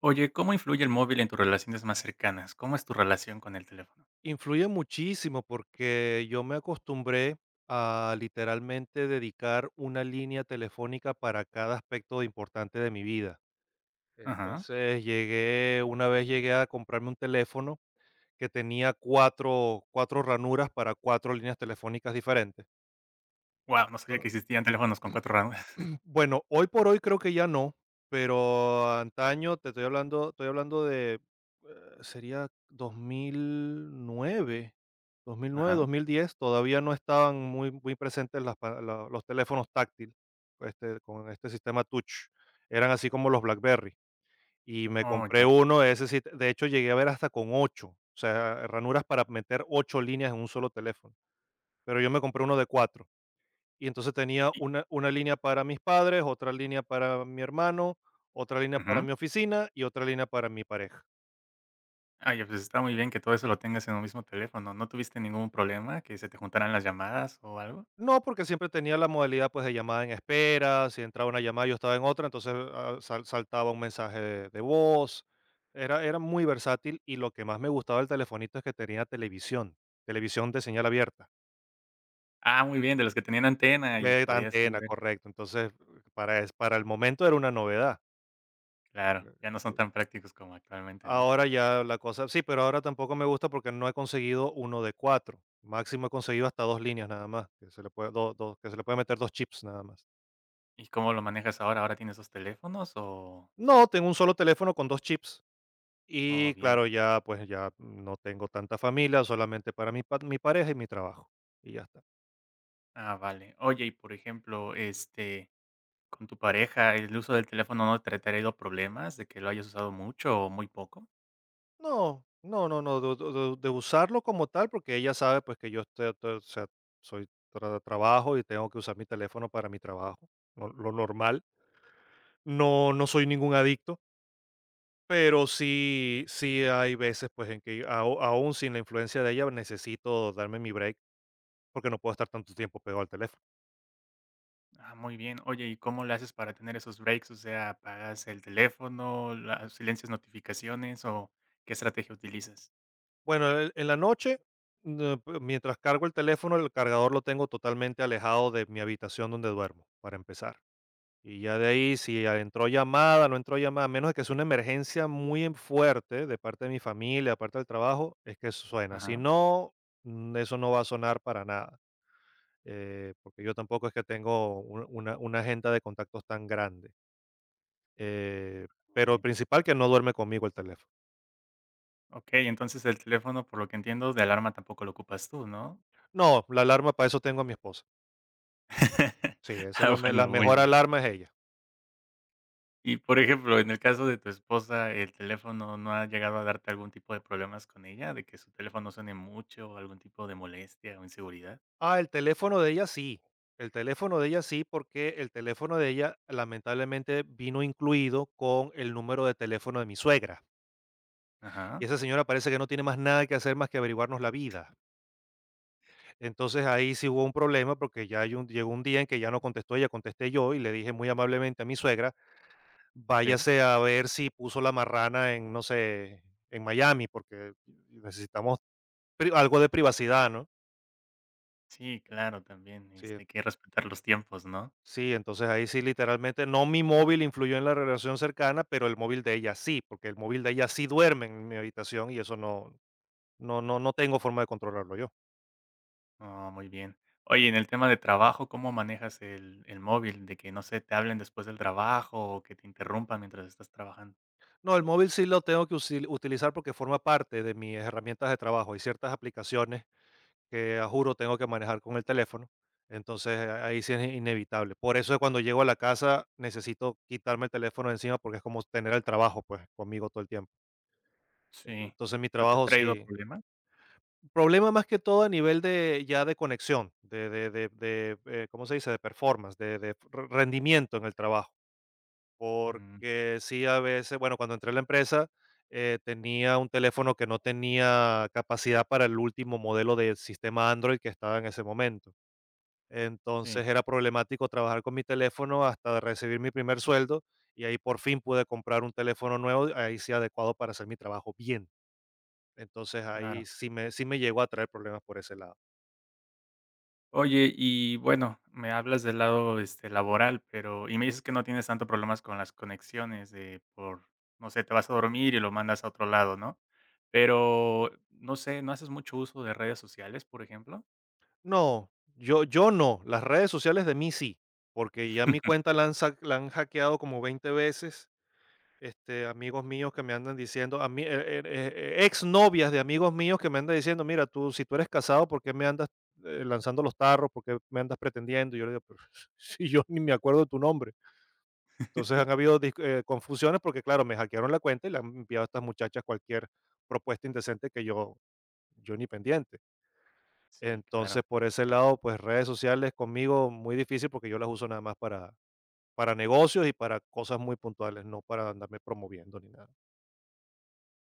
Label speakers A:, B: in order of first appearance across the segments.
A: Oye, ¿cómo influye el móvil en tus relaciones más cercanas? ¿Cómo es tu relación con el teléfono?
B: Influye muchísimo porque yo me acostumbré a literalmente dedicar una línea telefónica para cada aspecto importante de mi vida.
A: Ajá.
B: Una vez llegué a comprarme un teléfono que tenía cuatro ranuras para cuatro líneas telefónicas diferentes.
A: Wow, no sabía
B: ¿No?
A: que existían teléfonos con 4 ranuras.
B: Bueno, hoy por hoy creo que ya no, pero antaño te estoy hablando de, sería dos mil nueve, dos mil nueve,
A: Ajá.
B: 2010. Todavía no estaban muy muy presentes las pa la los teléfonos táctiles, este, con este sistema touch, eran así como los BlackBerry, y me
A: Oh,
B: compré
A: ya.
B: uno de ese, sí, de hecho llegué a ver hasta con 8, o sea, ranuras para meter 8 líneas en un solo teléfono, pero yo me compré uno de 4. Y entonces tenía una línea para mis padres, otra línea para mi hermano, otra línea para
A: Ujú.
B: mi oficina y otra línea para mi pareja.
A: Ah, pues, está muy bien que todo eso lo tengas en un mismo teléfono. ¿No tuviste ningún problema, que se te juntaran las llamadas o algo?
B: No, porque siempre tenía la modalidad pues de llamada en espera; si entraba una llamada yo estaba en otra, entonces saltaba un mensaje de voz. Era muy versátil, y lo que más me gustaba del telefonito es que tenía televisión, televisión de señal abierta,
A: Ah, muy bien, de los que tenían antena y
B: de
A: podías ahí
B: antena,
A: ver.
B: correcto. Entonces, para el momento era una novedad.
A: Claro, ya no son tan prácticos como actualmente, ¿no?
B: Ahora ya la cosa sí, pero ahora tampoco me gusta porque no he conseguido uno de cuatro. Máximo he conseguido hasta 2 líneas nada más, que se le puede do do que se le puede meter dos chips nada más.
A: ¿Y cómo lo manejas ahora? ¿Ahora tienes esos teléfonos o?
B: No, tengo un solo teléfono con 2 chips
A: Oh,
B: y
A: bien.
B: claro, ya, pues, ya no tengo tanta familia, solamente para mi pareja y mi trabajo, y ya está.
A: Ah, vale. Oye, y por ejemplo, con tu pareja, ¿el uso del teléfono no te ha traído problemas de que lo hayas usado mucho o muy poco?
B: No, no, no, no, do do de usarlo como tal, porque ella sabe, pues, que yo estoy, o sea, soy trabajo y tengo que usar mi teléfono para mi trabajo, lo normal. No, no soy ningún adicto. Pero sí hay veces, pues, en que ao aún sin la influencia de ella, necesito darme mi break, porque no puedo estar tanto tiempo pegado al teléfono.
A: Ah, muy bien. Oye, ¿y cómo le haces para tener esos breaks? O sea, ¿apagas el teléfono, silencias notificaciones o qué estrategia utilizas?
B: Bueno, en la noche, no, p mientras cargo el teléfono, el cargador lo tengo totalmente alejado de mi habitación donde duermo, para empezar. Y ya de ahí, si ya entró llamada, no entró llamada, a menos de que sea una emergencia muy en fuerte de parte de mi familia, aparte del trabajo, es que suena. Si
A: Ajá,
B: no, eso no va a sonar para nada. Porque yo tampoco es que tengo una agenda de contactos tan grande. eh,
A: muy
B: pero el
A: bien.
B: principal, que no duerme conmigo el teléfono.
A: Ok, entonces el teléfono, por lo que entiendo, de alarma tampoco lo ocupas tú, ¿no?
B: No, la alarma, para eso tengo a mi esposa. Sí, esa es
A: Ah,
B: la
A: bueno, muy
B: mejor
A: bien.
B: alarma es ella.
A: Y por ejemplo, en el caso de tu esposa, ¿el teléfono no ha llegado a darte algún tipo de problemas con ella? ¿De que su teléfono suene mucho, algún tipo de molestia o inseguridad?
B: Ah, el teléfono de ella sí. El teléfono de ella sí, porque el teléfono de ella lamentablemente vino incluido con el número de teléfono de mi suegra. Y
A: Ajá,
B: esa señora parece que no tiene más nada que hacer más que averiguarnos la vida. Entonces ahí sí hubo un problema porque ya llegó un día en que ya no contestó ella, contesté yo y le dije muy amablemente a mi suegra,
A: sí,
B: váyase a ver si puso la marrana en, no sé, en Miami, porque necesitamos algo de privacidad, ¿no?
A: sí, claro, también,
B: Sí,
A: hay que respetar los tiempos, ¿no?
B: sí, entonces ahí sí literalmente, no, mi móvil influyó en la relación cercana, pero el móvil de ella sí, porque el móvil de ella sí duerme en mi habitación y eso no, no, no, no tengo forma de controlarlo yo.
A: No, muy bien. Oye, en el tema de trabajo, ¿cómo manejas el móvil? De que, no sé, te hablen después del trabajo o que te interrumpan mientras estás trabajando.
B: No, el móvil sí lo tengo que utilizar porque forma parte de mis herramientas de trabajo. Hay ciertas aplicaciones que a juro tengo que manejar con el teléfono. Entonces, ahí sí es inevitable. Por eso cuando llego a la casa necesito quitarme el teléfono de encima porque es como tener el trabajo pues conmigo todo el tiempo.
A: Sí.
B: Entonces, mi
A: ¿No te ha
B: trabajo
A: traído
B: sí.
A: problemas?
B: Problema más que todo a nivel de ya de conexión, ¿cómo se dice? De performance, de rendimiento en el trabajo.
A: Mm,
B: Porque sí, a veces, bueno, cuando entré a la empresa tenía un teléfono que no tenía capacidad para el último modelo de sistema Android que estaba en ese momento.
A: sí,
B: Entonces era problemático trabajar con mi teléfono hasta recibir mi primer sueldo, y ahí por fin pude comprar un teléfono nuevo, ahí sí adecuado para hacer mi trabajo bien. Entonces ahí
A: claro.
B: sí me llegó a traer problemas por ese lado.
A: Oye, y bueno, me hablas del lado, laboral, pero y me dices que no tienes tanto problemas con las conexiones no sé, te vas a dormir y lo mandas a otro lado, ¿no? Pero, no sé, ¿no haces mucho uso de redes sociales, por ejemplo?
B: No, yo no, las redes sociales de mí sí, porque ya mi cuenta la han hackeado como 20 veces, este, amigos míos que me andan diciendo, a mí, ex novias de amigos míos que me andan diciendo, mira, tú, si tú eres casado, ¿por qué me andas lanzando los tarros? ¿Por qué me andas pretendiendo? Y yo le digo, pero si yo ni me acuerdo de tu nombre. Entonces han habido confusiones porque, claro, me hackearon la cuenta y le han enviado a estas muchachas cualquier propuesta indecente que yo ni pendiente.
A: Sí,
B: Entonces,
A: claro,
B: por
A: puede
B: ese
A: ocurrir.
B: lado, pues redes sociales conmigo muy difícil porque yo las uso nada más para, negocios y para cosas muy puntuales, no para andarme promoviendo ni nada.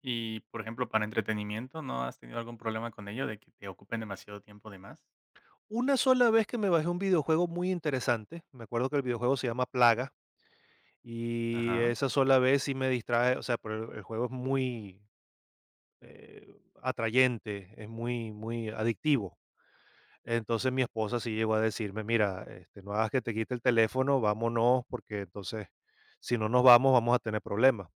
A: Y, por ejemplo, para entretenimiento, ¿no has tenido algún problema con ello de que te ocupen demasiado tiempo de más?
B: Una sola vez que me bajé un videojuego muy interesante, me acuerdo que el videojuego se llama Plaga, y
A: Ajá,
B: esa sola vez sí me distrae, o sea, pero el juego es muy eh, atrayente, es muy, muy adictivo. Entonces mi esposa sí llegó a decirme, mira, este, no hagas que te quite el teléfono, vámonos, porque entonces si no nos vamos, vamos a tener problemas.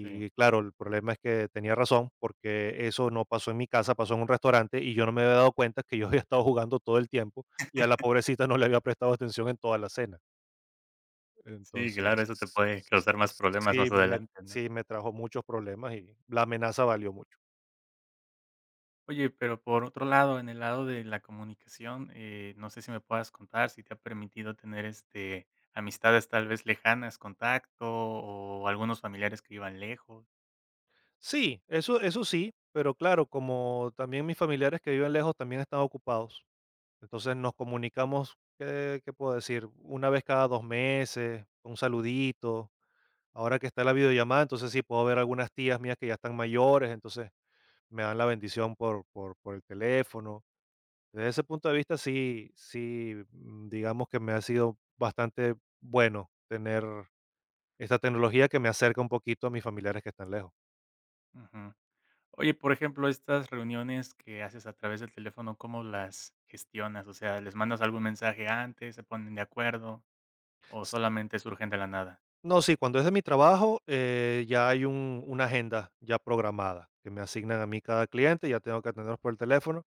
A: sí.
B: claro, el problema es que tenía razón, porque eso no pasó en mi casa, pasó en un restaurante, y yo no me había dado cuenta que yo había estado jugando todo el tiempo y a la pobrecita no le había prestado atención en toda la cena.
A: Sí, claro, eso te
B: Entonces,
A: puede causar más problemas
B: sí
A: más
B: me
A: adelante, ¿no?
B: sí me trajo muchos problemas y la amenaza valió mucho.
A: Oye, pero por otro lado, en el lado de la comunicación, no sé si me puedas contar si te ha permitido tener, amistades tal vez lejanas, contacto o algunos familiares que vivan lejos.
B: Sí, eso sí, pero claro, como también mis familiares que viven lejos también están ocupados, entonces nos comunicamos, ¿qué puedo decir? Una vez cada 2 meses, un saludito. Ahora que está la videollamada, entonces sí puedo ver algunas tías mías que ya están mayores, entonces me dan la bendición por el teléfono. Desde ese punto de vista, sí, sí, digamos que me ha sido bastante bueno tener esta tecnología que me acerca un poquito a mis familiares que están lejos.
A: Ujú. Oye, por ejemplo, estas reuniones que haces a través del teléfono, ¿cómo las gestionas? O sea, ¿les mandas algún mensaje antes, se ponen de acuerdo o
B: S
A: solamente surgen de la nada?
B: No, sí, cuando es de mi trabajo, ya hay un una agenda ya programada, que me asignan a mí cada cliente, ya tengo que atenderlos por el teléfono,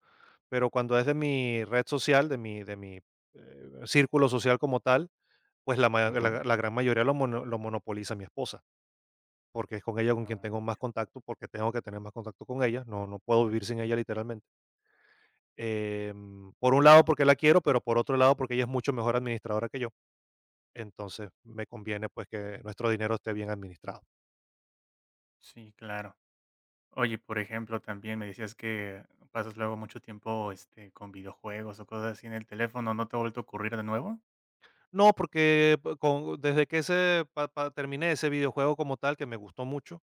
B: pero cuando es de mi red social, de mi círculo social como tal, pues la, ma-
A: Ujú.
B: la- la gran mayoría lo monopoliza mi esposa, porque es con ella con quien tengo
A: Ah,
B: más contacto, porque tengo que tener más contacto con ella, no, no puedo vivir sin ella literalmente. Por un lado porque la quiero, pero por otro lado porque ella es mucho mejor administradora que yo, entonces me conviene pues que nuestro dinero esté bien administrado.
A: sí, claro. Oye, por ejemplo, también me decías que pasas luego mucho tiempo, con videojuegos o cosas así en el teléfono, ¿no te ha vuelto a ocurrir de nuevo?
B: No, porque p con desde que ese pa pa terminé ese videojuego como tal, que me gustó mucho,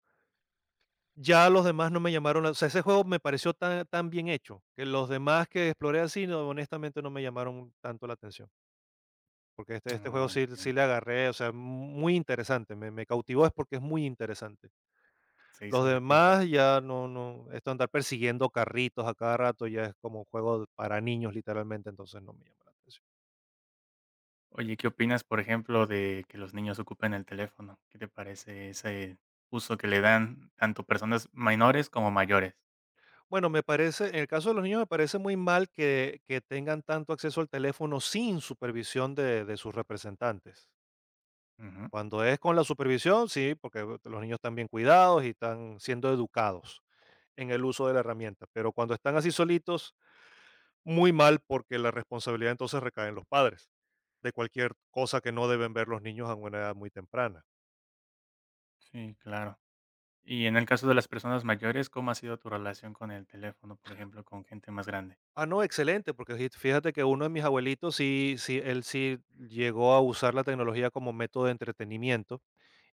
B: ya los demás no me llamaron la, o sea, ese juego me pareció tan tan bien hecho, que los demás que exploré así, no, honestamente, no me llamaron tanto la atención, porque este juego
A: No,
B: sí, sí
A: entiendo.
B: le agarré, o sea, muy interesante, me cautivó, es porque es muy interesante.
A: Se hizo
B: Los
A: adictivo para…
B: demás ya no, no, esto de andar persiguiendo carritos a cada rato ya es como un juego para niños, literalmente, entonces no me llama la atención.
A: Oye, ¿qué opinas, por ejemplo, de que los niños ocupen el teléfono? ¿Qué te parece ese uso que le dan tanto personas menores como mayores?
B: Bueno, me parece, en el caso de los niños me parece muy mal que, tengan tanto acceso al teléfono sin supervisión de sus representantes.
A: Ujú.
B: Cuando es con la supervisión, sí, porque los niños están bien cuidados y están siendo educados en el uso de la herramienta, pero cuando están así solitos, muy mal, porque la responsabilidad entonces recae en los padres de cualquier cosa que no deben ver los niños a una edad muy temprana.
A: Sí, claro. Y en el caso de las personas mayores, ¿cómo ha sido tu relación con el teléfono, por ejemplo, con gente más grande?
B: Ah, no, excelente, porque fíjate que uno de mis abuelitos sí, sí, él sí llegó a usar la tecnología como método de entretenimiento.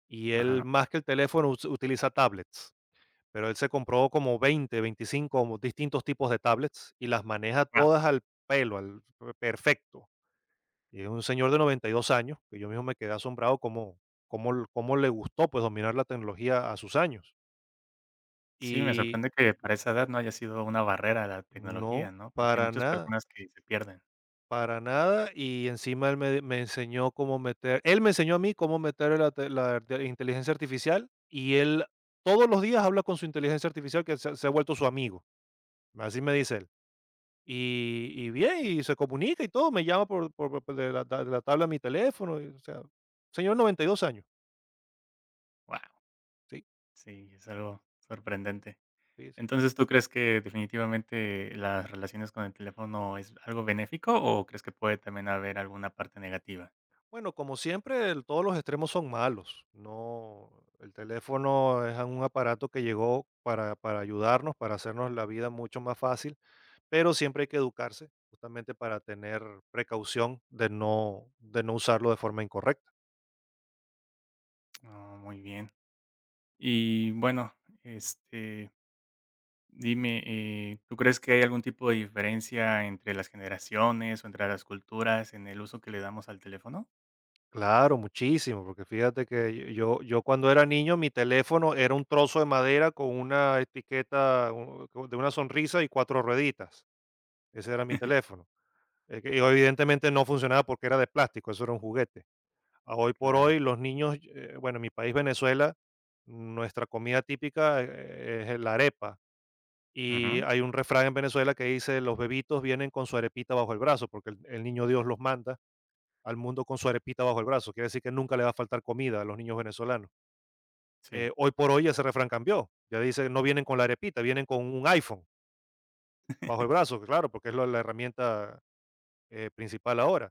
B: Y él,
A: Ajá.
B: más que el teléfono, us utiliza tablets, pero él se compró como 20, 25 distintos tipos de tablets y las maneja todas al pelo, al pe perfecto. Y es un señor de 92 años, que yo mismo me quedé asombrado cómo cómo l cómo le gustó, pues, dominar la tecnología a sus años.
A: Sí, me
B: Y
A: sorprende que para esa edad no haya sido una barrera la
B: no,
A: tecnología, ¿no? Porque hay
B: para
A: muchas
B: nada.
A: personas que se pierden.
B: Para nada, y encima él me enseñó a mí cómo meter la de inteligencia artificial, y él todos los días habla con su inteligencia artificial que se ha vuelto su amigo, así me dice él. Y bien, y se comunica y todo, me llama por de la tabla a mi teléfono, y o sea, señor 92 años,
A: Wow,
B: sí,
A: sí, es algo sorprendente.
B: sí, sí.
A: Entonces, ¿tú crees que definitivamente las relaciones con el teléfono es algo benéfico o crees que puede también haber alguna parte negativa?
B: Bueno, como siempre, el todos los extremos son malos, no, el teléfono es un aparato que llegó para ayudarnos, para hacernos la vida mucho más fácil. Pero siempre hay que educarse, justamente para tener precaución de no usarlo de forma incorrecta.
A: Ah, muy bien. Y bueno, este, dime, ¿tú crees que hay algún tipo de diferencia entre las generaciones o entre las culturas en el uso que le damos al teléfono?
B: Claro, muchísimo, porque fíjate que yo cuando era niño, mi teléfono era un trozo de madera con una etiqueta, de una sonrisa y 4 rueditas. Ese era mi teléfono. Que y evidentemente no funcionaba porque era de plástico, eso era un juguete. A hoy por
A: Claro.
B: hoy los niños, bueno, en mi país, Venezuela, nuestra comida típica, es la arepa. Y
A: Ujú,
B: hay un refrán en Venezuela que dice: los bebitos vienen con su arepita bajo el brazo, porque el niño Dios los manda al mundo con su arepita bajo el brazo. Quiere decir que nunca le va a faltar comida a los niños venezolanos.
A: sí.
B: Hoy por hoy ese refrán cambió. Ya dice, no vienen con la arepita, vienen con un iPhone bajo el brazo, claro, porque es la herramienta principal ahora.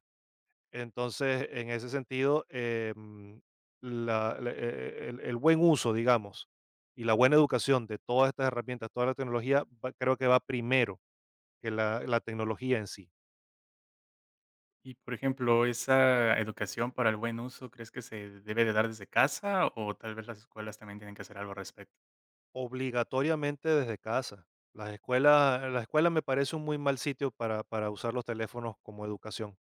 B: Entonces, en ese sentido, el buen uso, digamos, y la buena educación de todas estas herramientas, toda la tecnología, creo que va primero que la tecnología en sí,
A: Y, por ejemplo, ¿esa educación para el buen uso crees que se debe de dar desde casa o tal vez las escuelas también tienen que hacer algo al respecto?
B: obligatoriamente desde casa. Las escuelas, la escuela me parece un muy mal sitio para usar los teléfonos como educación.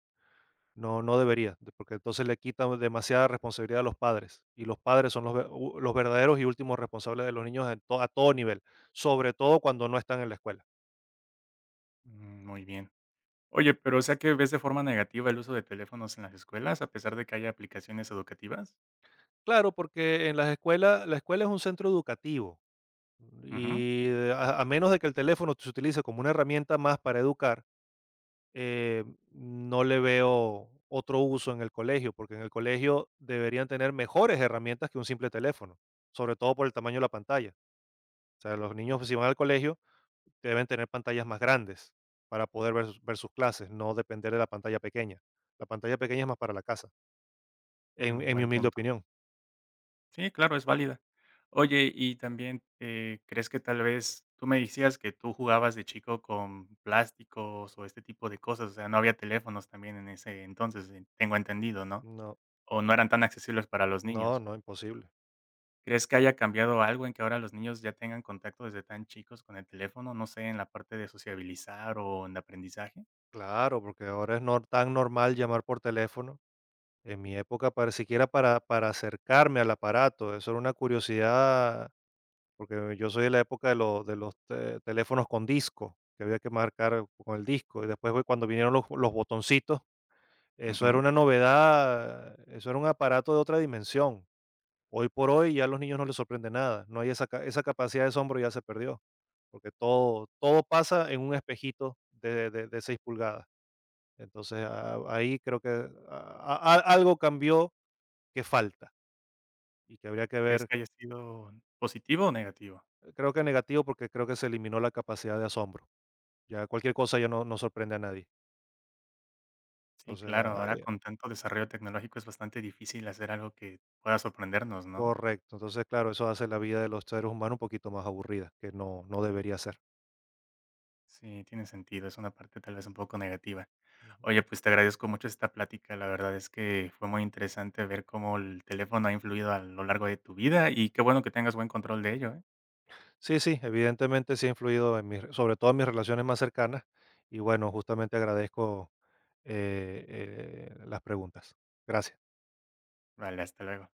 B: No, no debería, porque entonces le quita demasiada responsabilidad a los padres. Y los padres son los verdaderos y últimos responsables de los niños a todo nivel, sobre todo cuando no están en la escuela.
A: Mm, muy bien. Oye, pero o sea que ves de forma negativa el uso de teléfonos en las escuelas a pesar de que haya aplicaciones educativas.
B: Claro, porque en las escuelas, la escuela es un centro educativo
A: Ujú.
B: y a menos de que el teléfono se utilice como una herramienta más para educar, eh, no le veo otro uso en el colegio, porque en el colegio deberían tener mejores herramientas que un simple teléfono, sobre todo por el tamaño de la pantalla. O sea, los niños si van al colegio deben tener pantallas más grandes para poder ver, sus clases, no depender de la pantalla pequeña. La pantalla pequeña es más para la casa,
A: Mm,
B: en mi
A: buen
B: humilde
A: punto.
B: opinión.
A: Sí, claro, es válida. Oye, y también, ¿crees que tal vez tú me decías que tú jugabas de chico con plásticos o este tipo de cosas? O sea, no había teléfonos también en ese entonces, tengo entendido, ¿no?
B: No,
A: O no eran tan accesibles para los
B: no,
A: niños.
B: no, imposible.
A: ¿Crees que haya cambiado algo en que ahora los niños ya tengan contacto desde tan chicos con el teléfono? No sé, en la parte de sociabilizar o en aprendizaje.
B: Claro, porque ahora es nor- tan normal llamar por teléfono. En mi época, siquiera para acercarme al aparato, eso era una curiosidad. Porque yo soy de la época de los te teléfonos con disco, que había que marcar con el disco, y después fue cuando vinieron los botoncitos. Eso era
A: Ujú.
B: una novedad, eso era un aparato de otra dimensión. Hoy por hoy ya a los niños no les sorprende nada, no hay esa capacidad de asombro, ya se perdió, porque todo pasa en un espejito de 6 pulgadas. Entonces, a ahí creo que a algo cambió, que falta y que habría que
A: ¿Crees
B: ver,
A: que haya sido positivo o negativo?
B: creo que negativo, porque creo que se eliminó la capacidad de asombro. Ya cualquier cosa ya no sorprende a nadie.
A: Sí,
B: Entonces,
A: claro, ahora
B: ahí
A: con tanto desarrollo tecnológico es bastante difícil hacer algo que pueda sorprendernos, ¿no?
B: correcto. Entonces, claro, eso hace la vida de los seres humanos un poquito más aburrida, que no debería ser.
A: Sí, tiene sentido, es una parte tal vez un poco negativa.
B: Ujú.
A: Oye, pues te agradezco mucho esta plática, la verdad es que fue muy interesante ver cómo el teléfono ha influido a lo largo de tu vida y qué bueno que tengas buen control de ello, ¿eh?
B: Sí, sí, evidentemente sí ha influido en mis sobre todo en mis relaciones más cercanas y bueno, justamente agradezco, las preguntas. Gracias.
A: Vale, hasta luego.